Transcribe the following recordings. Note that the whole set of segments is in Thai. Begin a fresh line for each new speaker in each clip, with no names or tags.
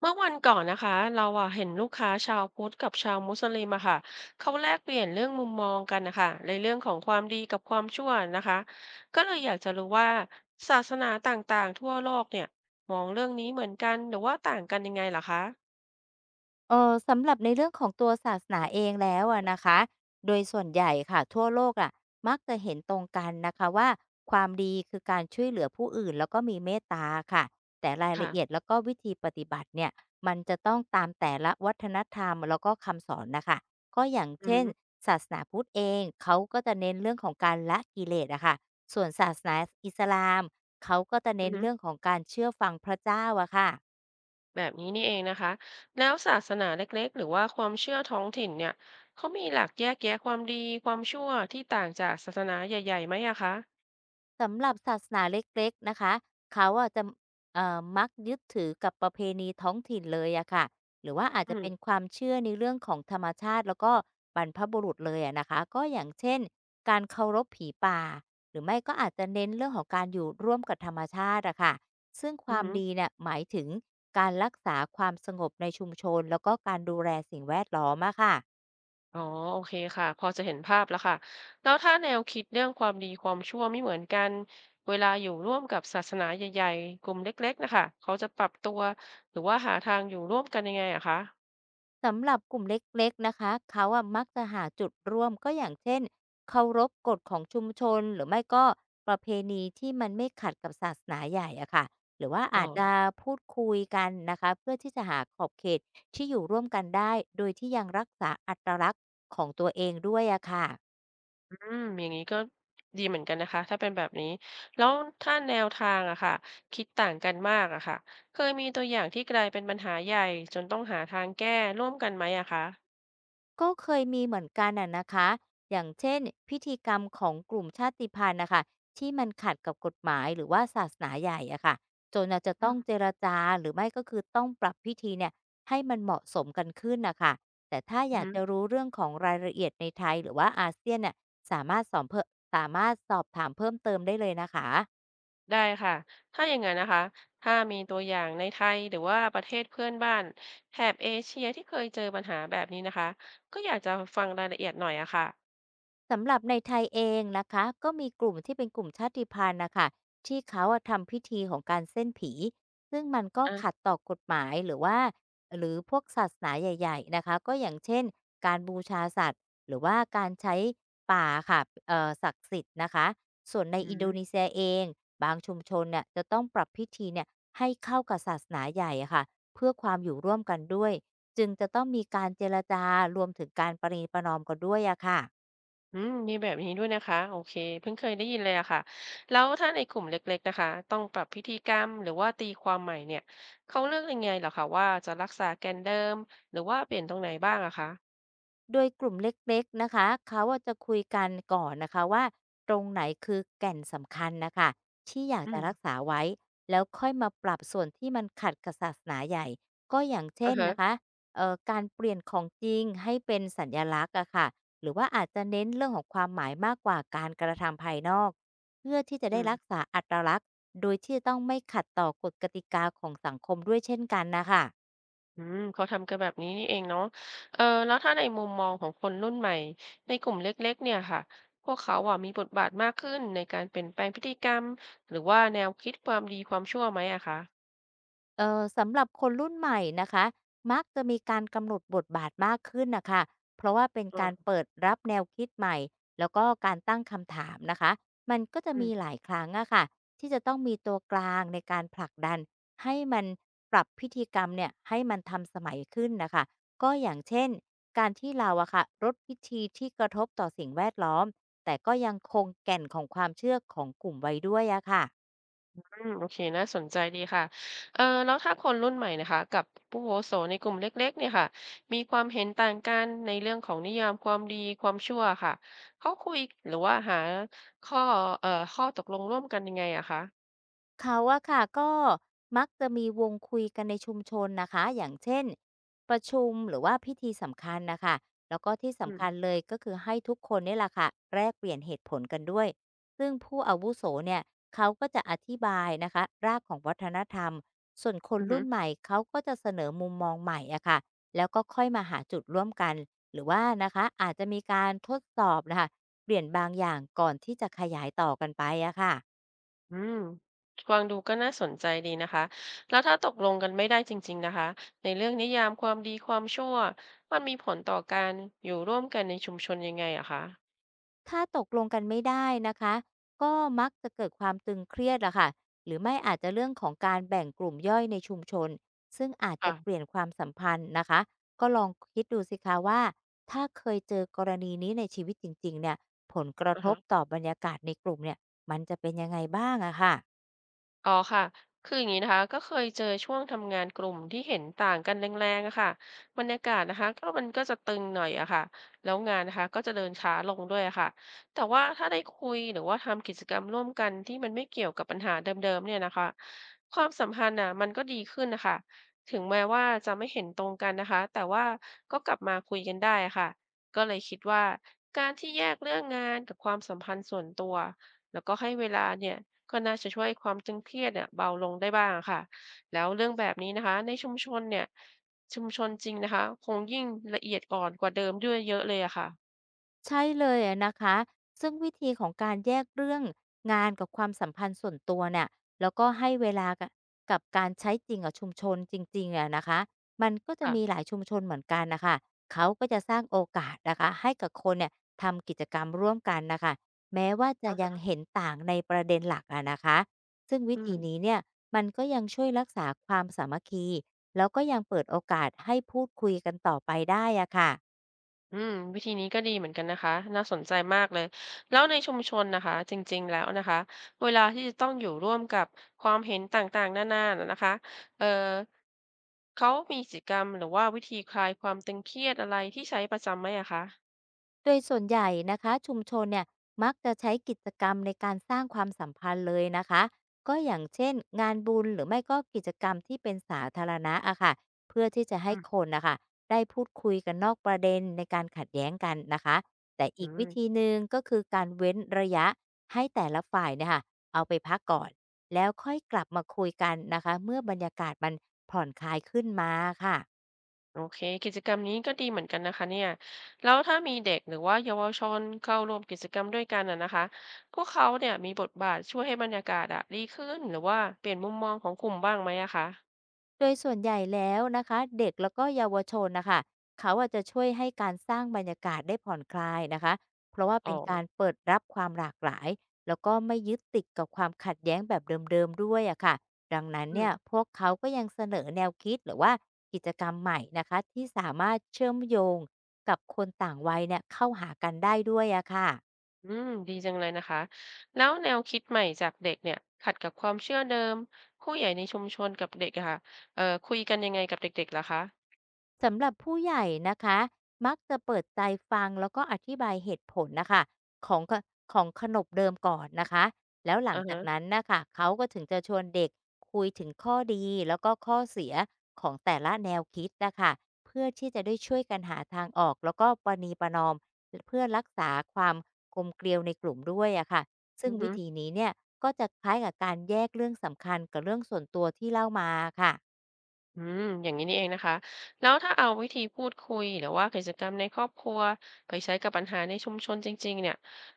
เมื่อวันก่อนนะคะเราอะเห็นลูกค้าชาวพุทธกับชาวมุสลิมอะค่ะเขาแลกเปลี่ยนเรื่องมุมมองกันนะคะในเรื่องของความดีกับความชั่วนะคะก็เลยอยากจะรู้ว่าศาสนาต่างๆทั่วโลกเนี่ยมองเรื่องนี้เหมือนกันหรือว่าต่างกันยังไงเหรอคะ
เออสำหรับในเรื่องของตัวศาสนาเองแล้วอะนะคะโดยส่วนใหญ่ค่ะทั่วโลกอะมักจะเห็นตรงกันนะคะว่าความดีคือการช่วยเหลือผู้อื่นแล้วก็มีเมตตาค่ะแต่ราย
ค่ะ
ละเอียดแล้วก็วิธีปฏิบัติเนี่ยมันจะต้องตามแต่ละวัฒนธรรมแล้วก็คำสอนนะคะก็อย่าง
อื
เช่น
ม
ศาสนาพุทธเองเขาก็จะเน้นเรื่องของการละกิเลสอะค่ะส่วนศาสนาอิสลามเขาก็จะ
อื
เน้น
ม
เรื่องของการเชื่อฟังพระเจ้าอะค่ะ
แบบนี้นี่เองนะคะแล้วศาสนาเล็กๆหรือว่าความเชื่อท้องถิ่นเนี่ยเขามีหลักแยกแยะความดีความชั่วที่ต่างจากศาสนาใหญ่ๆไหมอะคะ
สำหรับศาสนาเล็กๆนะคะเขาอะจะมักยึดถือกับประเพณีท้องถิ่นเลยอะค่ะหรือว่าอาจ
อื
จะเป็น
ม
ความเชื่อในเรื่องของธรรมชาติแล้วก็บรรพบุรุษเลยอะนะคะ ก็อย่างเช่นการเคารพผีป่าหรือไม่ก็อาจจะเน้นเรื่องของการอยู่ร่วมกับธรรมชาติอะค่ะซึ่งค
อื
วาม
ม
ดีเนี่ยหมายถึงการรักษาความสงบในชุมชนแล้วก็การดูแลสิ่งแวดล้อมอะค่ะ
อ๋อโอเคค่ะพอจะเห็นภาพแล้วค่ะแล้วถ้าแนวคิดเรื่องความดีความชั่วไม่เหมือนกันเวลาอยู่ร่วมกับศาสนาใหญ่ๆกลุ่มเล็กๆนะคะเขาจะปรับตัวหรือว่าหาทางอยู่ร่วมกันยังไงอะคะ
สำหรับกลุ่มเล็กๆนะคะ เขาอะมักจะหาจุดร่วมก็อย่างเช่นเคารพกฎของชุมชนหรือไม่ก็ประเพณีที่มันไม่ขัดกับศาสนาใหญ่อะค่ะหรือว่า
อ๋
อา
อ
จจะพูดคุยกันนะคะเพื่อที่จะหาขอบเขตที่อยู่ร่วมกันได้โดยที่ยังรักษาอัตลักษณ์ของตัวเองด้วยอะค่ะ
อืมอย่างนี้ก็ดีเหมือนกันนะคะถ้าเป็นแบบนี้แล้วถ้าแนวทางอะค่ะคิดต่างกันมากอะค่ะเคยมีตัวอย่างที่กลายเป็นปัญหาใหญ่จนต้องหาทางแก้ร่วมกันไหมอะคะ
ก็เคยมีเหมือนกันอะนะคะอย่างเช่นพิธีกรรมของกลุ่มชาติพันธุ์นะคะที่มันขัดกับกฎหมายหรือว่าศาสนาใหญ่อะค่ะจนอาจจะ
อื
ต้องเจรจาหรือไม่ก็คือต้องปรับพิธีเนี่ยให้มันเหมาะสมกันขึ้นนะคะแต่ถ้าอยาก
ม
จะรู้เรื่องของรายละเอียดในไทยหรือว่าอาเซียนเนี่ยสามารถสอบเพิ่มสามารถสอบถามเพิ่มเติมได้เลยนะคะ
ได้ค่ะถ้าอย่างนั้นนะคะถ้ามีตัวอย่างในไทยหรือว่าประเทศเพื่อนบ้านแถบเอเชียที่เคยเจอปัญหาแบบนี้นะคะก็อยากจะฟังรายละเอียดหน่อยอะค่ะ
สำหรับในไทยเองนะคะก็มีกลุ่มที่เป็นกลุ่มชาติพันธุ์นะคะที่เขาอะทำพิธีของการเส้นผีซึ่งมันก็
อ่ะ
ขัดต่อกฎหมายหรือพวกศาสนาใหญ่ๆนะคะก็อย่างเช่นการบูชาสัตว์หรือว่าการใช้ป่าค่ะศักดิ์สิทธิ์นะคะส่วนใน
อื
อิน
ม
โดนีเซียเองบางชุมชนเนี่ยจะต้องปรับพิธีเนี่ยให้เข้ากับศาสนาใหญ่อะค่ะเพื่อความอยู่ร่วมกันด้วยจึงจะต้องมีการเจรจารวมถึงการประนีประนอมกันด้วยอะค่ะ
อืมมีแบบนี้ด้วยนะคะโอเคเพิ่งเคยได้ยินเลยอะค่ะแล้วถ้าในกลุ่มเล็กๆนะคะต้องปรับพิธีกรรมหรือว่าตีความใหม่เนี่ยเขาเลือกยังไงเหรอคะว่าจะรักษาแกนเดิมหรือว่าเปลี่ยนตรงไหนบ้างอะคะ
โดยกลุ่มเล็กๆนะคะเขาอะจะคุยกันก่อนนะคะว่าตรงไหนคือแก่นสำคัญนะคะที่อยาก
อื
จะ
ม
รักษาไว้แล้วค่อยมาปรับส่วนที่มันขัดกับศาสนาใหญ่ก็อย่างเช่
อ่ะ
น
ฮะ
นะคะการเปลี่ยนของจริงให้เป็นสัญญลักษณ์อะค่ะหรือว่าอาจจะเน้นเรื่องของความหมายมากกว่าการกระทำภายนอกเพื่อที่จะ
อื
ได้
ม
รักษาอัตลักษณ์โดยที่จะต้องไม่ขัดต่อกฎกติกาของสังคมด้วยเช่นกันนะคะ
อืมเขาทำกันแบบนี้นี่เองเนาะเออแล้วถ้าในมุมมองของคนรุ่นใหม่ในกลุ่มเล็กๆเนี่ยค่ะพวกเขาอะมีบทบาทมากขึ้นในการเปลี่ยนแปลงพฤติกรรมหรือว่าแนวคิดความดีความชั่วไหมอะคะ
สำหรับคนรุ่นใหม่นะคะมักจะมีการกำหนดบทบาทมากขึ้นนะคะ เพราะว่าเป็นการ
เออ
เปิดรับแนวคิดใหม่แล้วก็การตั้งคำถามนะคะมันก็จะ
อื
มี
ม
หลายครั้งอะค่ะที่จะต้องมีตัวกลางในการผลักดันให้มันปรับพิธีกรรมเนี่ยให้มันทันสมัยขึ้นนะคะก็อย่างเช่นการที่เราอะค่ะลดพิธีที่กระทบต่อสิ่งแวดล้อมแต่ก็ยังคงแก่นของความเชื่อของกลุ่มไว้ด้วยอะค่ะ
อืมโอเคน่าสนใจดีค่ะเออแล้วถ้าคนรุ่นใหม่นะคะกับผู้อาวุโสในกลุ่มเล็กๆเนี่ยค่ะมีความเห็นต่างกันในเรื่องของนิยามความดีความชั่วค่ะเขาคุยหรือว่าหาข้อข้อตกลงร่วมกันยังไงอะคะ
เขาอะค่ะก็มักจะมีวงคุยกันในชุมชนนะคะอย่างเช่นประชุมหรือว่าพิธีสำคัญนะคะแล้วก็ที่
อื
สำ
ม
คัญเลยก็คือให้ทุกคนนี่แหละค่ะแลกเปลี่ยนเหตุผลกันด้วยซึ่งผู้อาวุโสเนี่ยเขาก็จะอธิบายนะคะรากของวัฒนธรรมส่วนคน
อื
รุ่น
ม
ใหม่เขาก็จะเสนอมุมมองใหม่อะค่ะแล้วก็ค่อยมาหาจุดร่วมกันหรือว่านะคะอาจจะมีการทดสอบนะคะเปลี่ยนบางอย่างก่อนที่จะขยายต่อกันไปอะค่ะ
อืมฟังดูก็น่าสนใจดีนะคะ แล้วถ้าตกลงกันไม่ได้จริงๆนะคะ ในเรื่องนิยามความดีความชั่วมันมีผลต่อการอยู่ร่วมกันในชุมชนยังไงอะคะ
ถ้าตกลงกันไม่ได้นะคะก็มักจะเกิดความตึงเครียดอะค่ะหรือไม่อาจจะเรื่องของการแบ่งกลุ่มย่อยในชุมชนซึ่งอาจจะเป
ค่ะ
ลี่ยนความสัมพันธ์นะคะก็ลองคิดดูสิคะว่าถ้าเคยเจอกรณีนี้ในชีวิตจริงๆเนี่ยผลกระ
อ่า
ท
ฮะ
บต่อบรรยากาศในกลุ่มเนี่ยมันจะเป็นยังไงบ้างอะค่ะ
อ๋อค่ะคืออย่างนี้นะคะก็เคยเจอช่วงทำงานกลุ่มที่เห็นต่างกันแรงๆอะค่ะบรรยากาศนะคะก็มันก็จะตึงหน่อยอะค่ะแล้วงานนะคะก็จะเดินช้าลงด้วยอะค่ะแต่ว่าถ้าได้คุยหรือว่าทำกิจกรรมร่วมกันที่มันไม่เกี่ยวกับปัญหาเดิมๆเนี่ยนะคะความสัมพันธ์อะมันก็ดีขึ้นนะคะถึงแม้ว่าจะไม่เห็นตรงกันนะคะแต่ว่าก็กลับมาคุยกันได้อะค่ะก็เลยคิดว่าการที่แยกเรื่องงานกับความสัมพันธ์ส่วนตัว แล้วก็ให้เวลาเนี่ยก็น่าจะช่วยความตึงเครียดเนี่ยเบาลงได้บ้างะค่ะแล้วเรื่องแบบนี้นะคะในชุมชนเนี่ยชุมชนจริงนะคะคงยิ่งละเอียดอ่อนกว่าเดิมด้วยเยอะเลยอะค่ะ
ใช่เลยอะนะคะซึ่งวิธีของการแยกเรื่องงานกับความสัมพันธ์ส่วนตัวเนี่ยแล้วก็ให้เวลากบกับการใช้จริงกับชุมชนจริงๆอะนะคะมันก็จะมีห
ค่ะ
ลายชุมชนเหมือนกันนะคะเขาก็จะสร้างโอกาสนะคะให้กับคนเนี่ยทำกิจกรรมร่วมกันนะคะแม้ว่าจะ
อะ
ยัง
ฮะ
เห็นต่างในประเด็นหลักอะนะคะซึ่งวิ
อื
ธี
ม
นี้เนี่ยมันก็ยังช่วยรักษาความสามัคคีแล้วก็ยังเปิดโอกาสให้พูดคุยกันต่อไปได้อะค่ะ
อืมวิธีนี้ก็ดีเหมือนกันนะคะน่าสนใจมากเลยแล้วในชุมชนนะคะจริงๆแล้วนะคะเวลาที่จะต้องอยู่ร่วมกับความเห็นต่างๆนานานะนะคะเอ่อเขามีกิจกรรมหรือว่าวิธีคลายความตึงเครียดอะไรที่ใช้ประจำไหมอะคะ
โดยส่วนใหญ่นะคะชุมชนเนี่ยมักจะใช้กิจกรรมในการสร้างความสัมพันธ์เลยนะคะก็อย่างเช่นงานบุญหรือไม่ก็กิจกรรมที่เป็นสาธารณะอะค่ะเพื่อที่จะให้
อืม
คนนะคะได้พูดคุยกันนอกประเด็นในการขัดแย้งกันนะคะแต่
อื
อีกวิ
ม
ธีหนึ่งก็คือการเว้นระยะให้แต่ละฝ่ายเนะคะเอาไปพักก่อนแล้วค่อยกลับมาคุยกันนะคะเมื่อบรรยากาศมันผ่อนคลายขึ้นมาค่ะ
โอเคกิจกรรมนี้ก็ดีเหมือนกันนะคะเนี่ยแล้วถ้ามีเด็กหรือว่าเยาวชนเข้าร่วมกิจกรรมด้วยกันอ่ะนะคะพวกเขาเนี่ยมีบทบาทช่วยให้บรรยากาศอะดีขึ้นหรือว่าเปลี่ยนมุมมองของกลุ่มบ้างไหมอะคะ
โดยส่วนใหญ่แล้วนะคะเด็กแล้วก็เยาวชนนะคะเขาอาจจะช่วยให้การสร้างบรรยากาศได้ผ่อนคลายนะคะเพราะว่า
อ๋
เป็น
อ
การเปิดรับความหลากหลายแล้วก็ไม่ยึดติดกับความขัดแย้งแบบเดิมๆด้วยอะค่ะดังนั้น
อืม
เนี่ยพวกเขาก็ยังเสนอแนวคิดหรือว่ากิจกรรมใหม่นะคะที่สามารถเชื่อมโยงกับคนต่างวัยเนี่ยเข้าหากันได้ด้วยอะค่ะ
อืมดีจังเลยนะคะแล้วแนวคิดใหม่จากเด็กเนี่ยขัดกับความเชื่อเดิมผู้ใหญ่ในชุมชนกับเด็กอะค่ะคุยกันยังไงกับเด็กๆล่ะคะ
สำหรับผู้ใหญ่นะคะมักจะเปิดใจฟังแล้วก็อธิบายเหตุผลนะคะของขของขนบเดิมก่อนนะคะแล้วหลัง
อ่า
จา
ฮะ
กนั้นนะคะเขาก็ถึงจะชวนเด็กคุยถึงข้อดีแล้วก็ข้อเสียของแต่ละแนวคิดนะคะเพื่อที่จะได้ช่วยกันหาทางออกแล้วก็ประนีประนอมเพื่อรักษาความกลมเกลียวในกลุ่มด้วยอะค่ะ
อื
ซึ่ง
อฮึ
วิธีนี้เนี่ยก็จะคล้ายกับการแยกเรื่องสำคัญกับเรื่องส่วนตัวที่เล่ามาค่ะ
อืมอย่างนี้นี่เองนะคะแล้วถ้าเอาวิธีพูดคุยหรือว่ากิจกรรมในครอบครัวไปใช้กับปัญหาในชุมชนจริงๆเนี่ย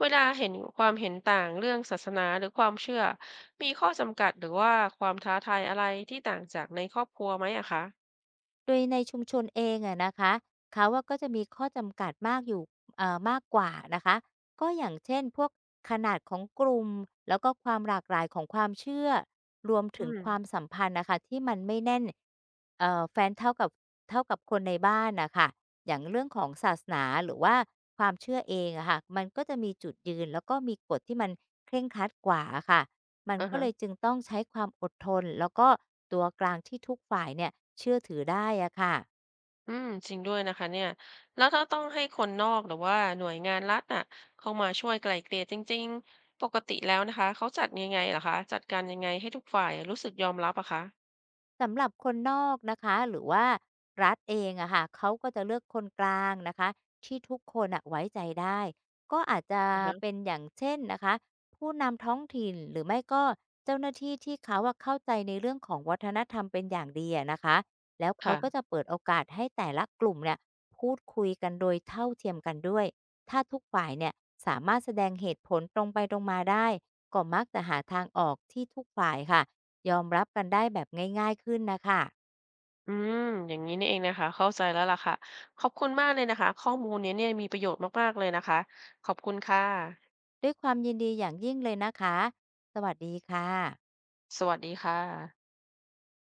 เวลาเห็นความเห็นต่างเรื่องศาสนาหรือความเชื่อมีข้อจำกัดหรือว่าความท้าทายอะไรที่ต่างจากในครอบครัวไหมอะคะ
โดยในชุมชนเองอะนะคะเขาอะก็จะมีข้อจำกัดมากอยู่มากกว่านะคะก็อย่างเช่นพวกขนาดของกลุ่มแล้วก็ความหลากหลายของความเชื่อรวมถึ
อื
ง
ม
ความสัมพันธ์นะคะที่มันไม่แน่นแฟนเท่ากับคนในบ้านนะคะอย่างเรื่องของศาสนาหรือว่าความเชื่อเองอะค่ะมันก็จะมีจุดยืนแล้วก็มีกฎที่มันเคร่งครัดกว่าค่ะ มัน
อ่า
ก็
ฮะ
เลยจึงต้องใช้ความอดทนแล้วก็ตัวกลางที่ทุกฝ่ายเนี่ยเชื่อถือได้อะค่ะ
อืมจริงด้วยนะคะเนี่ยแล้วถ้าต้องให้คนนอกหรือว่าหน่วยงานรัฐน่ะเข้ามาช่วยไกล่เกลี่ยจริงๆปกติแล้วนะคะเขาจัดยังไงเหรอคะจัดการยังไงให้ทุกฝ่ายรู้สึกยอมรับอะคะ
สำหรับคนนอกนะคะหรือว่ารัฐเองอะค่ะเขาก็จะเลือกคนกลางนะคะที่ทุกคนอะไว้ใจได้ก็อาจจะ
อือฮ
เป็นอย่างเช่นนะคะผู้นำท้องถิ่นหรือไม่ก็เจ้าหน้าที่ที่เขาอะเข้าใจในเรื่องของวัฒนธรรมเป็นอย่างดีอะนะคะแล้วเขา
ะ
ก็จะเปิดโอกาสให้แต่ละกลุ่มเนี่ยพูดคุยกันโดยเท่าเทียมกันด้วยถ้าทุกฝ่ายเนี่ยสามารถแสดงเหตุผลตรงไปตรงมาได้ก็มักจะหาทางออกที่ทุกฝ่ายค่ะ ยอมรับกันได้แบบง่ายๆขึ้นนะคะ
อืมอย่างนี้นี่เองนะคะเข้าใจแล้วล่ะค่ะขอบคุณมากเลยนะคะข้อมูลเนี้ยเนี่ยมีประโยชน์มากๆเลยนะคะขอบคุณค่ะ
ด้วยความยินดีอย่างยิ่งเลยนะคะสวัสดีค่ะ
สวัสดีค่ะ